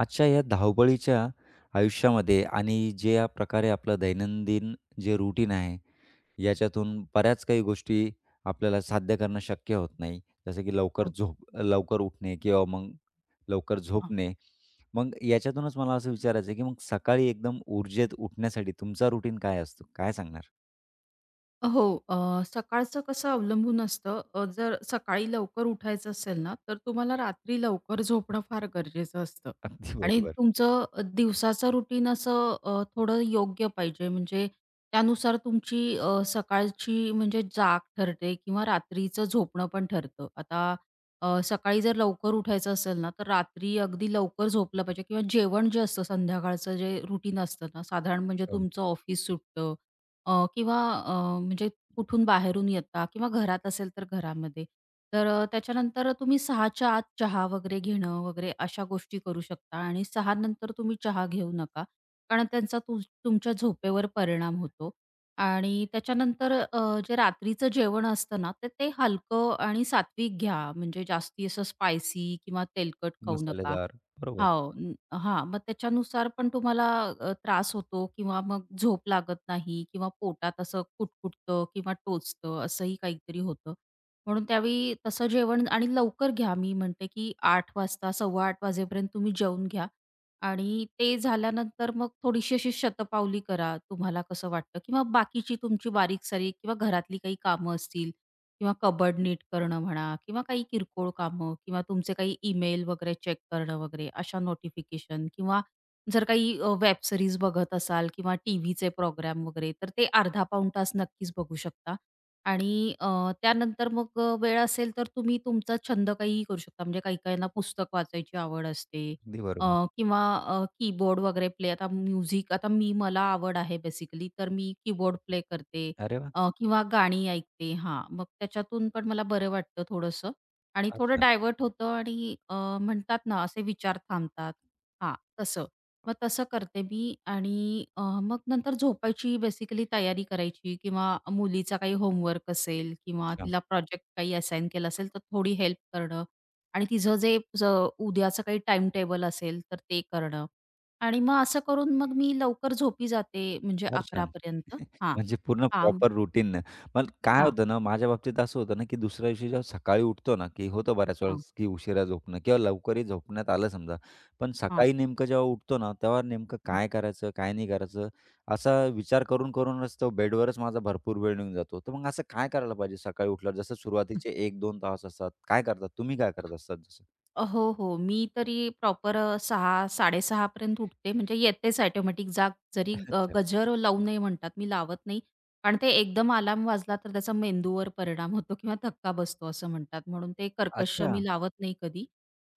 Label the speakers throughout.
Speaker 1: आजच्या या धावपळीच्या आयुष्यामध्ये आणि जे या प्रकारे आपलं दैनंदिन जे रुटीन आहे, याच्यातून बऱ्याच काही गोष्टी आपल्याला साध्य करणं शक्य होत नाही. जसं की लवकर
Speaker 2: हो.
Speaker 1: झोप लवकर उठणे किंवा मग लवकर
Speaker 2: हां.
Speaker 1: झोपणे. मग याच्यातूनच मला असं विचारायचं आहे, की मग सकाळी एकदम ऊर्जेत उठण्यासाठी तुमचा रुटीन काय असतो? काय सांगणार?
Speaker 2: हो, अ, सकाळचं कसं अवलंबून असतं, जर सकाळी लवकर उठायचं असेल ना, तर तुम्हाला रात्री लवकर झोपणं फार गरजेचं असतं
Speaker 1: अगदी
Speaker 2: आणि
Speaker 1: बरोबर.
Speaker 2: तुमचं दिवसाचं रुटीन असं थोडं योग्य पाहिजे. म्हणजे त्यानुसार तुमची सकाळची म्हणजे जाग ठरते किंवा रात्रीचं झोपणं पण ठरतं. आता सकाळी जर लवकर उठायचं असेल ना, तर रात्री अगदी लवकर झोपलं पाहिजे किंवा जेवण जे असतं संध्याकाळचं जे रुटीन असतं ना, साधारण म्हणजे
Speaker 1: हं.
Speaker 2: तुमचं ऑफिस सुटतं अ, किंवा अ, म्हणजे कुठून बाहेरून येता किंवा घरात असेल तर घरामध्ये. तर त्याच्यानंतर तुम्ही 6च्या आत चहा वगैरे घेणं वगैरे अशा गोष्टी करू शकता आणि 6 नंतर तुम्ही चहा घेऊ नका. कारण त्यांचा तु तुमच्या झोपेवर परिणाम होतो आणि त्याच्यानंतर जे रात्रीचं जेवण असतं ना, तर ते हलकं आणि सात्विक घ्या. म्हणजे जास्ती असं स्पायसी किंवा तेलकट खाऊ नका.
Speaker 1: मसालेदार. बरोबर.
Speaker 2: हो. न हां. मग त्याच्यानुसार पण तुम्हाला त्रास होतो किंवा मग झोप लागत नाही किंवा पोटात असं कुटकुटतं किंवा टोचतं असंही काहीतरी होतं. म्हणून त्यावेळी तसं जेवण आणि लवकर घ्या. मी म्हणते, की 8 वाजता, सव्वा 8 वाजेपर्यंत तुम्ही जेवून घ्या आणि ते झाल्यानंतर मग थोडीशी अशी शतपावली करा. तुम्हाला कसं वाटतं किंवा बाकीची तुमची बारीक-सारीक किंवा घरातली काही कामं असतील किंवा कबड नीट करणं म्हणा किंवा काही किरकोळ कामं किंवा तुमचे काही ईमेल वगैरे चेक करणं वगैरे अशा नोटिफिकेशन किंवा जर काही वेब सीरीज बघत असाल किंवा टी व्हीचे प्रोग्राम वगैरे तर ते अर्धा पाऊण तास नक्कीच बघू शकता. आणि अ, त्यानंतर मग वेळ असेल तर तुम्ही तुमचा छंद काहीही करू शकता. म्हणजे काही-काहींना पुस्तक वाचायची आवड असते
Speaker 1: अगदी
Speaker 2: अ,
Speaker 1: बरोबर.
Speaker 2: किंवा कीबोर्ड वगैरे प्ले आता म्युझिक आता मी मला आवड आहे बेसिकली तर मी कीबोर्ड प्ले करते
Speaker 1: अरे वाह!
Speaker 2: किंवा गाणी ऐकते हां, मग त्याच्यातून पण मला बरं वाटतं थोडंसं आणि
Speaker 1: फार
Speaker 2: थोडं
Speaker 1: छान.
Speaker 2: डायव्हर्ट होतं म्हणतात ना असे विचार थांबतात. हां, तसं. मग तसं करते मी मग नंतर झोपायची बेसिकली तयारी करायची किंवा मुलीचा काही होमवर्क असेल किंवा
Speaker 1: अच्छा.
Speaker 2: तिला प्रोजेक्ट काही असाइन केला असेल, तर थोडी हेल्प करणं आणि तिचं जे ज उद्याचं काही टाईम टेबल असेल, तर ते करणं आणि मग असं करून मग मी लवकर झोपी जाते म्हणजे
Speaker 1: फार
Speaker 2: 11.
Speaker 1: छान.
Speaker 2: हां.
Speaker 1: म्हणजे पूर्ण
Speaker 2: हां,
Speaker 1: प्रॉपर रुटीननं. पण काय
Speaker 2: हां.
Speaker 1: होतं ना, माझ्या बाबतीत असं होतं ना, की दुसऱ्या दिवशी जेव्हा सकाळी उठतो ना, की होतं बऱ्याच
Speaker 2: हां,
Speaker 1: वेळेस, की उशिरा झोपणं किंवा लवकरही झोपण्यात आलं समजा. पण
Speaker 2: हां.
Speaker 1: सकाळी नेमकं जेव्हा उठतो ना, तेव्हा नेमकं काय करायचं, काय नाही करायचं, असा विचार करूनच तो बेडवरच माझा भरपूर वेळ निघून जातो. तर मग असं काय करायला पाहिजे सकाळी उठल्यावर? जसं सुरुवातीचे 1-2 तास असतात. काय करतात? तुम्ही काय करत असतात जसं?
Speaker 2: अ, हो, हो. मी तरी प्रॉपर 6:00-6:30 पर्यंत उठते. म्हणजे येतेच ऑटोमॅटिक जाग. जरी
Speaker 1: अच्छा.
Speaker 2: गजर लावू नये म्हणतात, मी लावत नाही. कारण ते एकदम अलार्म वाजला तर त्याचा मेंदूवर परिणाम होतो किंवा धक्का बसतो असं म्हणतात. म्हणून ते कर्कश
Speaker 1: अच्छा.
Speaker 2: मी लावत नाही कधी.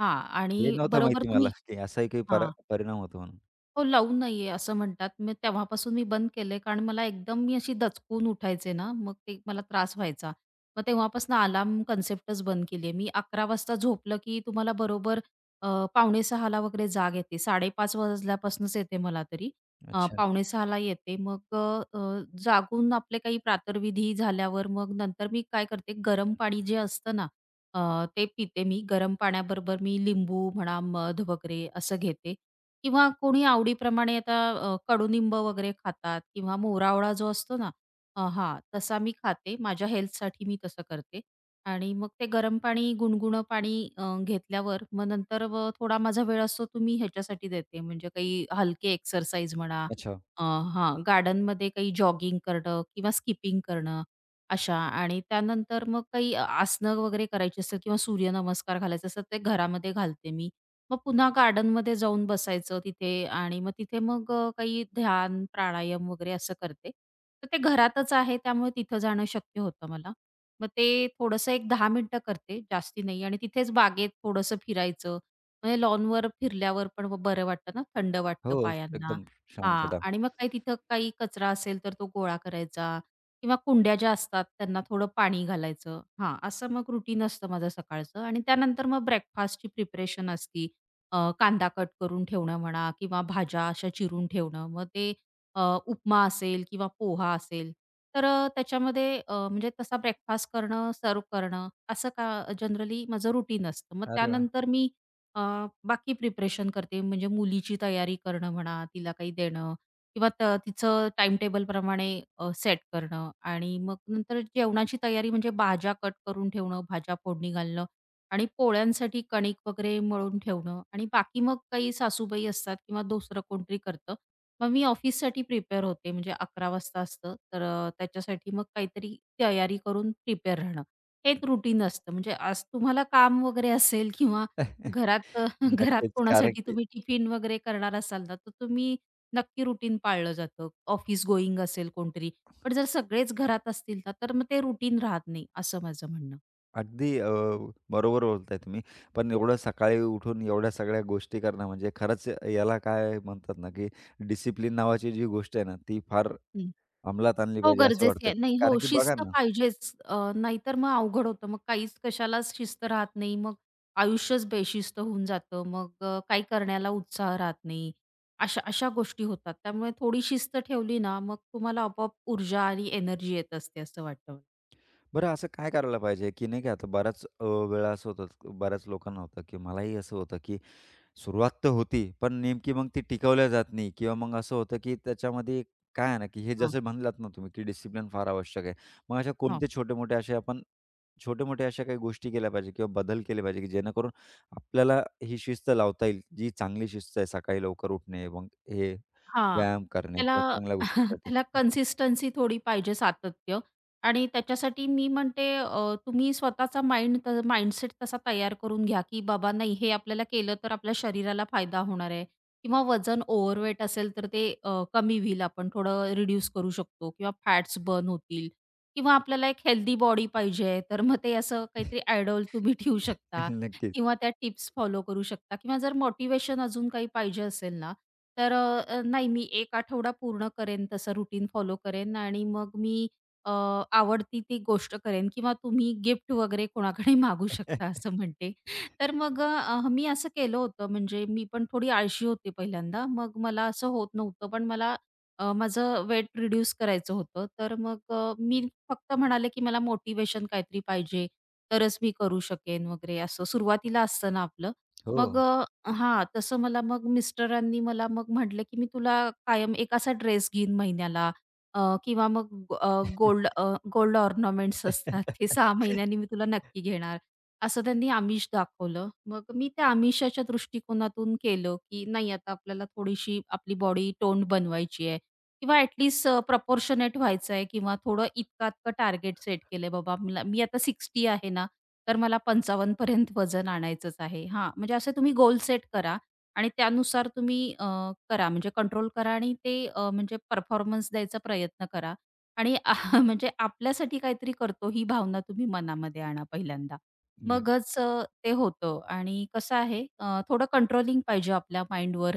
Speaker 2: हां
Speaker 1: हे
Speaker 2: आणि
Speaker 1: नव्हतं
Speaker 2: बरोबर
Speaker 1: माहिती मला,
Speaker 2: तुम्ही.
Speaker 1: की असाही काही परिणाम होतो म्हणून.
Speaker 2: हो, लावून नाहीये असं म्हणतात. मग तेव्हापासून मी बंद केलंय कारण मला एकदम मी अशी दचकून उठायचे ना, मग ते मला त्रास व्हायचा. मग तेव्हापासून अलार्म कन्सेप्टच बंद केली आहे. मी 11 वाजता झोपलं की तुम्हाला बरोबर अ, 5:45 ला वगैरे जाग येते. 5:30 वाजल्यापासूनच येते मला तरी.
Speaker 1: अच्छा.
Speaker 2: 5:45 ला येते. मग अ, जागून आपले काही प्रातर्विधी झाल्यावर मग नंतर मी काय करते, गरम पाणी जे असतं ना, अ, ते पिते मी. गरम पाण्याबरोबर मी लिंबू म्हणा, मध वगैरे असं घेते. किंवा कोणी आवडीप्रमाणे आता कडुनिंब वगैरे खातात किंवा मोरावळा जो असतो ना हां, तसा मी खाते. माझ्या हेल्थसाठी मी तसं करते आणि मग ते गरम पाणी, गुणगुणं पाणी घेतल्यावर मग नंतर व थोडा माझा वेळ असतो तो मी ह्याच्यासाठी देते, म्हणजे काही हलके एक्सरसाइज म्हणा.
Speaker 1: अच्छा.
Speaker 2: अ, हां, गार्डनमध्ये काही जॉगिंग करणं किंवा स्किपिंग करणं अशा आणि त्यानंतर मग काही आसनं वगैरे करायची असेल किंवा सूर्यनमस्कार घालायचा असेल, ते घरामध्ये घालते मी. मग पुन्हा गार्डनमध्ये जाऊन बसायचं तिथे आणि मग तिथे मग काही ध्यान, प्राणायाम वगैरे असं करते. तर ते घरातच आहे त्यामुळे तिथं जाणं शक्य होतं मला. मग ते थोडंसं 1 10 मिनिटं करते, जास्ती नाही आणि तिथेच बागेत थोडंसं फिरायचं. म्हणजे लॉनवर फिरल्यावर पण मग बरं वाटतं ना, थंड
Speaker 1: हो,
Speaker 2: वाटतं पायांना.
Speaker 1: एकदम
Speaker 2: हां
Speaker 1: शांतता.
Speaker 2: आणि मग काही तिथं काही कचरा असेल तर तो गोळा करायचा किंवा कुंड्या ज्या असतात त्यांना थोडं पाणी घालायचं. हां, असं मग रुटीन असतं माझं सकाळचं आणि त्यानंतर मग ब्रेकफास्टची प्रिपरेशन असती. कांदा कट करून ठेवणं म्हणा किंवा भाज्या अशा चिरून ठेवणं. मग ते अ, उपमा असेल किंवा पोहा असेल, तर म्हणजे तसा ब्रेकफास्ट करणं, सर्व्ह करणं असं का जनरली माझं रुटीन असतं. मग
Speaker 1: अरे वाह!
Speaker 2: त्यानंतर मी अ, बाकी प्रिपरेशन करते. म्हणजे मुलीची तयारी करणं म्हणा, तिला काही देणं किंवा तिचं टाईमटेबलप्रमाणे सेट करणं आणि मग नंतर जेवणाची तयारी म्हणजे भाज्या कट करून ठेवणं, भाज्या फोडणी घालणं आणि पोळ्यांसाठी कणिक वगैरे मळून ठेवणं आणि बाकी मग काही सासूबाई असतात किंवा दुसरं कोणतरी करतं. मग मी ऑफिससाठी प्रिपेअर होते म्हणजे 11 वाजता असतं तर त्याच्यासाठी मग काहीतरी तयारी करून प्रिपेअर राहणं. हे एक रुटीन असतं. म्हणजे आज तुम्हाला काम वगैरे असेल किंवा घरात घरात
Speaker 1: नक्कीच, कारण
Speaker 2: कोणासाठी
Speaker 1: की
Speaker 2: तुम्ही टिफिन वगैरे करणार असाल ना, तर तुम्ही नक्की रुटीन पाळलं जातं. ऑफिस गोइंग असेल कोणतरी. पण जर सगळेच घरात असतील ना, तर मग ते रुटीन राहत नाही असं माझं म्हणणं.
Speaker 1: अगदी बरोबर बोलताय तुम्ही. पण एवढं सकाळी उठून एवढ्या सगळ्या गोष्टी करणं म्हणजे खरंच याला काय म्हणतात ना, की डिसिप्लिन नावाची जी गोष्ट आहे ना, ती फार अंमलात आणली
Speaker 2: हो,
Speaker 1: पाहिजे असं
Speaker 2: गरजेची
Speaker 1: वाटतं.
Speaker 2: आहे. नाही, हो,
Speaker 1: कारण की बघा
Speaker 2: शिस्त
Speaker 1: ना,
Speaker 2: पाहिजेच. नाहीतर मग अवघड होतं. मग काहीच कशालाच शिस्त राहत नाही. मग आयुष्यच बेशिस्त होऊन जातं. मग काही करण्याला उत्साह राहत नाही. अशा अशा गोष्टी होतात. त्यामुळे थोडी शिस्त ठेवली ना, मग तुम्हाला आपोआप ऊर्जा आणि एनर्जी येत असते असं वाटतं मला.
Speaker 1: बरं असं काय करायला पाहिजे, की नाही का आता बऱ्याच वेळा असं होतं, बऱ्याच लोकांना होतं, की मलाही असं होतं, की सुरुवात तर होती, पण नेमकी मग ती टिकवल्या जात नाही किंवा मग असं होतं, की त्याच्यामध्ये काय आहे ना, की हे
Speaker 2: हां.
Speaker 1: जसं म्हणलात ना तुम्ही, की डिसिप्लिन फार आवश्यक आहे. मग अशा कोणते छोटे-मोठे असे आपण छोटे-मोठे अशा काही गोष्टी केल्या पाहिजे किंवा बदल केले पाहिजे, की जेणेकरून आपल्याला ही शिस्त लावता येईल, जी चांगली शिस्त आहे, सकाळी लवकर उठणे, मग हे
Speaker 2: हां.
Speaker 1: व्यायाम करणे किंवा
Speaker 2: त्याला
Speaker 1: चांगल्या गोष्टीसाठी.
Speaker 2: त्याला कन्सिस्टन्सी थोडी पाहिजे, सातत्य आणि त्याच्यासाठी मी म्हणते तुम्ही स्वतःचा माइंडसेट तसा तयार करून घ्या, की बाबा नाही हे आपल्याला केलं तर आपल्या शरीराला फायदा होणार आहे किंवा वजन ओव्हरवेट असेल तर ते कमी होईल. आपण थोडं रिड्यूस करू शकतो किंवा फॅट्स बर्न होतील किंवा आपल्याला एक हेल्दी बॉडी पाहिजे, तर मग ते असं काहीतरी आयडॉल तुम्ही ठेवू शकता
Speaker 1: नक्कीच.
Speaker 2: किंवा त्या टिप्स फॉलो करू शकता किंवा जर मोटिव्हेशन अजून काही पाहिजे असेल ना तर नाही मी एक आठवडा पूर्ण करेन तसं रुटीन फॉलो करेन आणि मग मी अ, आवडती ती गोष्ट करेन किंवा तुम्ही गिफ्ट वगैरे कोणाकडे मागू शकता असं म्हणते. तर मग मी असं केलं होतं म्हणजे मी पण थोडी आळशी होते पहिल्यांदा. मग मला असं होत नव्हतं पण मला माझं वेट रिड्यूस करायचं होतं. तर मग मी फक्त म्हणाले, की मला मोटिव्हेशन काहीतरी पाहिजे तरच मी करू शकेन वगैरे असं सुरुवातीला असतं ना आपलं.
Speaker 1: हो.
Speaker 2: मग हां, तसं मला मग मिस्टरांनी मला मग म्हटले, की "मी तुला कायम एक असा ड्रेस घेईन महिन्याला." अ, किंवा मग गो- अ, गोल्ड अ, गोल्ड ऑर्नामेंट्स असतात ते 6 महिन्यांनी मी तुला नक्की घेणार. असं त्यांनी आमिष दाखवलं. मग मी त्या आमिषाच्या दृष्टिकोनातून केलं, की नाही आता आपल्याला थोडीशी आपली बॉडी टोन्ड बनवायची आहे किंवा ॲट प्रपोर्शनेट व्हायचं आहे किंवा थोडं इतका-इतकं टार्गेट सेट केलंय बाबा मला मी आता 60 आहे ना, तर मला 55 पर्यंत वजन आणायचंच आहे. हां, म्हणजे असे तुम्ही गोल सेट करा आणि त्यानुसार तुम्ही करा म्हणजे कंट्रोल करा आणि ते म्हणजे परफॉर्मन्स द्यायचा प्रयत्न करा आणि आह, म्हणजे आपल्यासाठी काहीतरी करतो ही भावना तुम्ही मनामध्ये आणा पहिल्यांदा.
Speaker 1: न
Speaker 2: मगच अ, ते होतं आणि कसं आहे थोडं कंट्रोलिंग पाहिजे आपल्या माइंडवर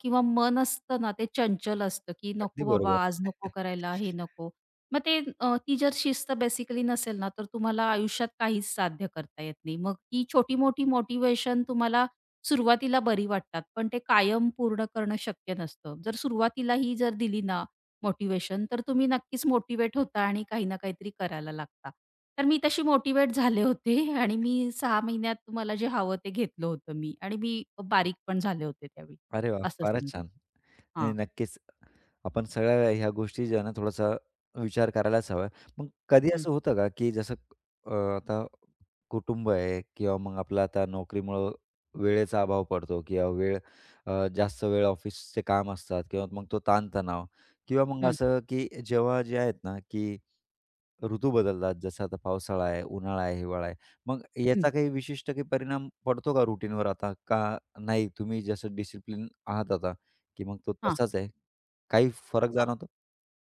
Speaker 2: किंवा मन असतं ना, ते चंचल असतं, की
Speaker 1: अगदी
Speaker 2: नको बाबा
Speaker 1: बरोबर.
Speaker 2: आज नको करायला, हे नको. मग ते ती जर शिस्त बेसिकली नसेल ना, तर तुम्हाला आयुष्यात काहीच साध्य करता येत नाही. मग ही छोटी-मोठी मोटिव्हेशन तुम्हाला सुरुवातीला बरी वाटतात, पण ते कायम पूर्ण करणं शक्य नसतं. जर सुरुवातीला ही जर दिली ना मोटिव्हेशन, तर तुम्ही नक्कीच मोटिव्हेट होता आणि काही ना काहीतरी करायला लागता. तर मी तशी मोटिव्हेट झाले होते आणि मी 6 महिन्यात मला जे हवं ते घेतलं होतं मी आणि मी बारीक पण झाले होते त्यावेळी,
Speaker 1: अरे वाह!
Speaker 2: असं
Speaker 1: फारच
Speaker 2: सांगेन.
Speaker 1: छान. नाही,
Speaker 2: हां.
Speaker 1: नक्कीच. आपण सगळ्या ह्या गोष्टी ज्या आहे ना थोडासा विचार करायलाच हवा. मग कधी
Speaker 2: हं,
Speaker 1: असं होतं का, की जसं आता कुटुंब आहे किंवा मग आपलं आता नोकरीमुळं वेळेचा अभाव पडतो किंवा वेळ जास्त वेळ ऑफिसचे काम असतात किंवा मग तो ताणतणाव किंवा मग
Speaker 2: हं,
Speaker 1: असं की जेव्हा जे आहेत ना, की ऋतू बदलतात. जसं आता पावसाळा आहे, उन्हाळा आहे, हिवाळा आहे. मग
Speaker 2: हं.
Speaker 1: याचा काही विशिष्ट काही परिणाम पडतो का रुटीनवर आता? का नाही तुम्ही जसं डिसिप्लिन आहात आता, की मग तो
Speaker 2: हां.
Speaker 1: तसाच आहे? काही फरक जाणवतो?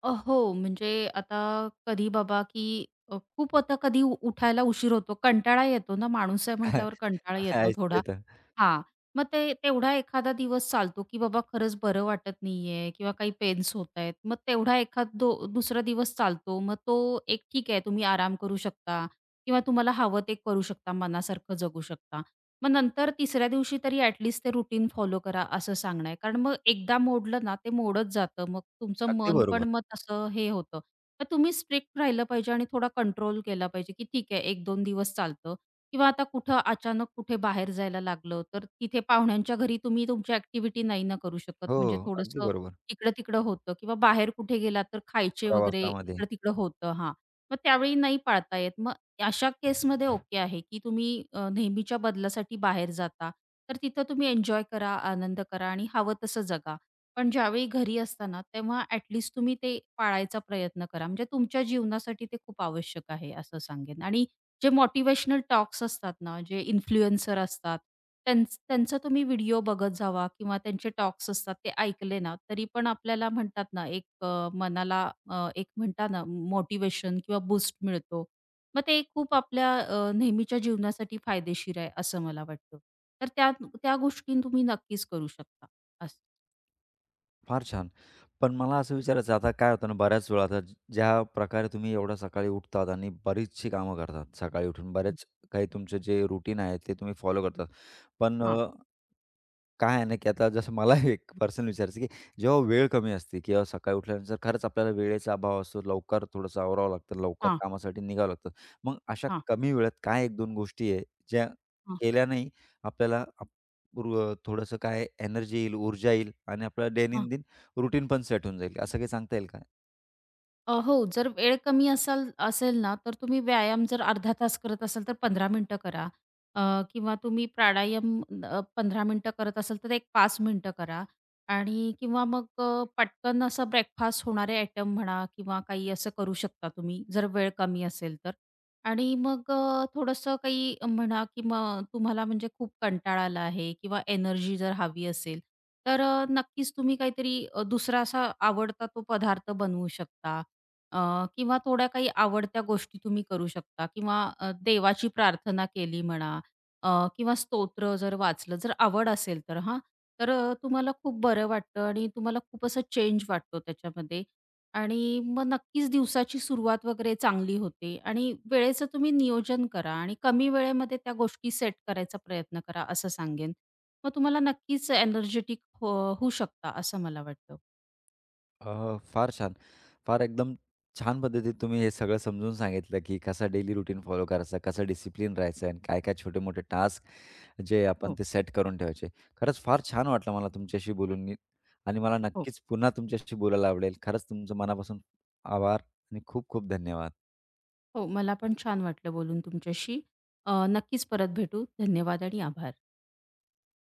Speaker 2: अ, हो, म्हणजे आता कधी बाबा, की खूप आता कधी उठायला उशीर होतो, कंटाळा येतो ना, माणूस आहे म्हटल्यावर कंटाळा येतो
Speaker 1: आहेच ते
Speaker 2: थोडा.
Speaker 1: तर.
Speaker 2: हां, मग ते तेवढा एखादा दिवस चालतो, की बाबा खरंच बरं वाटत नाहीये किंवा काही पेन्स होतायत. मग तेवढा एखाद दो दुसरा दिवस चालतो. मग तो एक ठीक आहे, तुम्ही आराम करू शकता किंवा तुम्हाला हवं ते करू शकता, मनासारखं जगू शकता. मग नंतर तिसऱ्या दिवशी तरी ते रुटीन फॉलो करा असं सांगणं आहे. कारण मग एकदा मोडलं ना, ते मोडत जातं. मग तुमचं
Speaker 1: अगदी
Speaker 2: मन पण
Speaker 1: बरोबर.
Speaker 2: मग तसं हे होतं. तर तुम्ही स्ट्रिक्ट राहिलं पाहिजे आणि थोडा कंट्रोल केला पाहिजे, की ठीक आहे 1 2 दिवस चालतं किंवा आता कुठं अचानक कुठे बाहेर जायला लागलं, तर तिथे पाहुण्यांच्या घरी तुम्ही तुमची ॲक्टिव्हिटी नाही ना करू शकत.
Speaker 1: हो,
Speaker 2: म्हणजे
Speaker 1: अगदी
Speaker 2: थोडंसं
Speaker 1: बरोबर.
Speaker 2: इकडं-तिकडं होतं किंवा बाहेर कुठे गेलात तर खायचे वगैरे
Speaker 1: प्रवासामध्ये.
Speaker 2: इकडं-तिकडं होतं हां. मग त्यावेळी नाही पाळता येत. मग अशा केसमध्ये ओके आहे, की तुम्ही नेहमीच्या बदलासाठी बाहेर जाता, तर तिथं तुम्ही एन्जॉय करा, आनंद करा आणि हवं तसं जगा. पण ज्यावेळी घरी असताना तेव्हा तुम्ही ते पाळायचा प्रयत्न करा. म्हणजे तुमच्या जीवनासाठी ते खूप आवश्यक आहे असं सांगेन. आणि जे मोटिव्हेशनल टॉक्स असतात ना, जे इन्फ्लुएन्सर असतात, त्यांचा तुम्ही व्हिडिओ बघत जावा किंवा त्यांचे टॉक्स असतात ते ऐकले ना, तरी पण आपल्याला म्हणतात ना, एक मनाला एक म्हणता ना मोटिव्हेशन किंवा बूस्ट मिळतो. मग ते खूप आपल्या नेहमीच्या जीवनासाठी फायदेशीर आहे असं मला वाटतं. तर त्या त्या गोष्टी तुम्ही नक्कीच करू शकता असं.
Speaker 1: फार छान. पण मला असं विचारायचं आहे, आता काय होतं ना, बऱ्याच वेळा आता ज्या प्रकारे तुम्ही एवढ्या सकाळी उठतात आणि बरीचशी कामं करतात सकाळी उठून, बरेच काही तुमचे जे रुटीन आहे ते तुम्ही फॉलो करतात. पण
Speaker 2: हां,
Speaker 1: काय आहे ना, की आता जसं मला एक पर्सनल विचारायचं आहे, की जेव्हा वेळ कमी असते किंवा सकाळी उठल्यानंतर खरंच आपल्याला वेळेचा अभाव असतो. लवकर थोडंसं आवरावं लागतं, लवकर
Speaker 2: हां,
Speaker 1: कामासाठी निघावं लागतं. मग अशा
Speaker 2: हां,
Speaker 1: कमी वेळात काय 1-2 गोष्टी आहे, ज्या
Speaker 2: हां.
Speaker 1: केल्याने आपल्याला आप ऊर् थोडंसं काय एनर्जी येईल, ऊर्जा येईल आणि आपला दैनंदिन रूटीन पण सेट होऊन जाईल, असं काही सांगता येईल का?
Speaker 2: अ, हो, जर वेळ कमी असेल ना, तर तुम्ही व्यायाम जर अर्धा तास करत असाल, तर 15 मिनिटं करा. अ, किंवा तुम्ही प्राणायाम 15 मिनिटं करत असाल, तर एक 5 मिनिटं करा. आणि किंवा मग पटकन असा ब्रेकफास्ट होणारे आयटम म्हणा किंवा काही असं करू शकता तुम्ही, जर वेळ कमी असेल तर. आणि मग थोडंसं काही म्हणा की मग तुम्हाला म्हणजे खूप कंटाळा आला आहे किंवा एनर्जी जर हवी असेल, तर नक्कीच तुम्ही काहीतरी दुसरा असा आवडता तो पदार्थ बनवू शकता किंवा थोड्या काही आवडत्या गोष्टी तुम्ही करू शकता किंवा देवाची प्रार्थना केली म्हणा किंवा स्तोत्र जर वाचलं जर आवड असेल तर हां. तर तुम्हाला खूप बरं वाटतं आणि तुम्हाला खूप असं चेंज वाटतो त्याच्यामध्ये आणि मग नक्कीच दिवसाची सुरुवात वगैरे चांगली होते आणि वेळेचं तुम्ही नियोजन करा आणि कमी वेळेमध्ये त्या गोष्टी सेट करायचा प्रयत्न करा असं सांगेन. मग तुम्हाला नक्कीच एनर्जेटिक हो होऊ शकता असं मला वाटतं. हो.
Speaker 1: फार छान. फार एकदम छान पद्धतीत तुम्ही हे सगळं समजून सांगितलं, की कसा डेली रूटीन फॉलो करायचा, कसा डिसिप्लिन राहायचा आणि काय-काय छोटे-मोठे टास्क जे आपण
Speaker 2: हो,
Speaker 1: ते सेट करून ठेवायचे. खरंच फार छान वाटलं मला तुमच्याशी बोलून नी आणि मला
Speaker 2: हो.
Speaker 1: नक्कीच पुन्हा तुमच्याशी बोलायला आवडेल. खरंच तुमचं मनापासून आभार आणि खूप खूप धन्यवाद.
Speaker 2: हो, मला पण छान वाटलं बोलून तुमच्याशी. नक्कीच परत भेटू. धन्यवाद आणि आभार.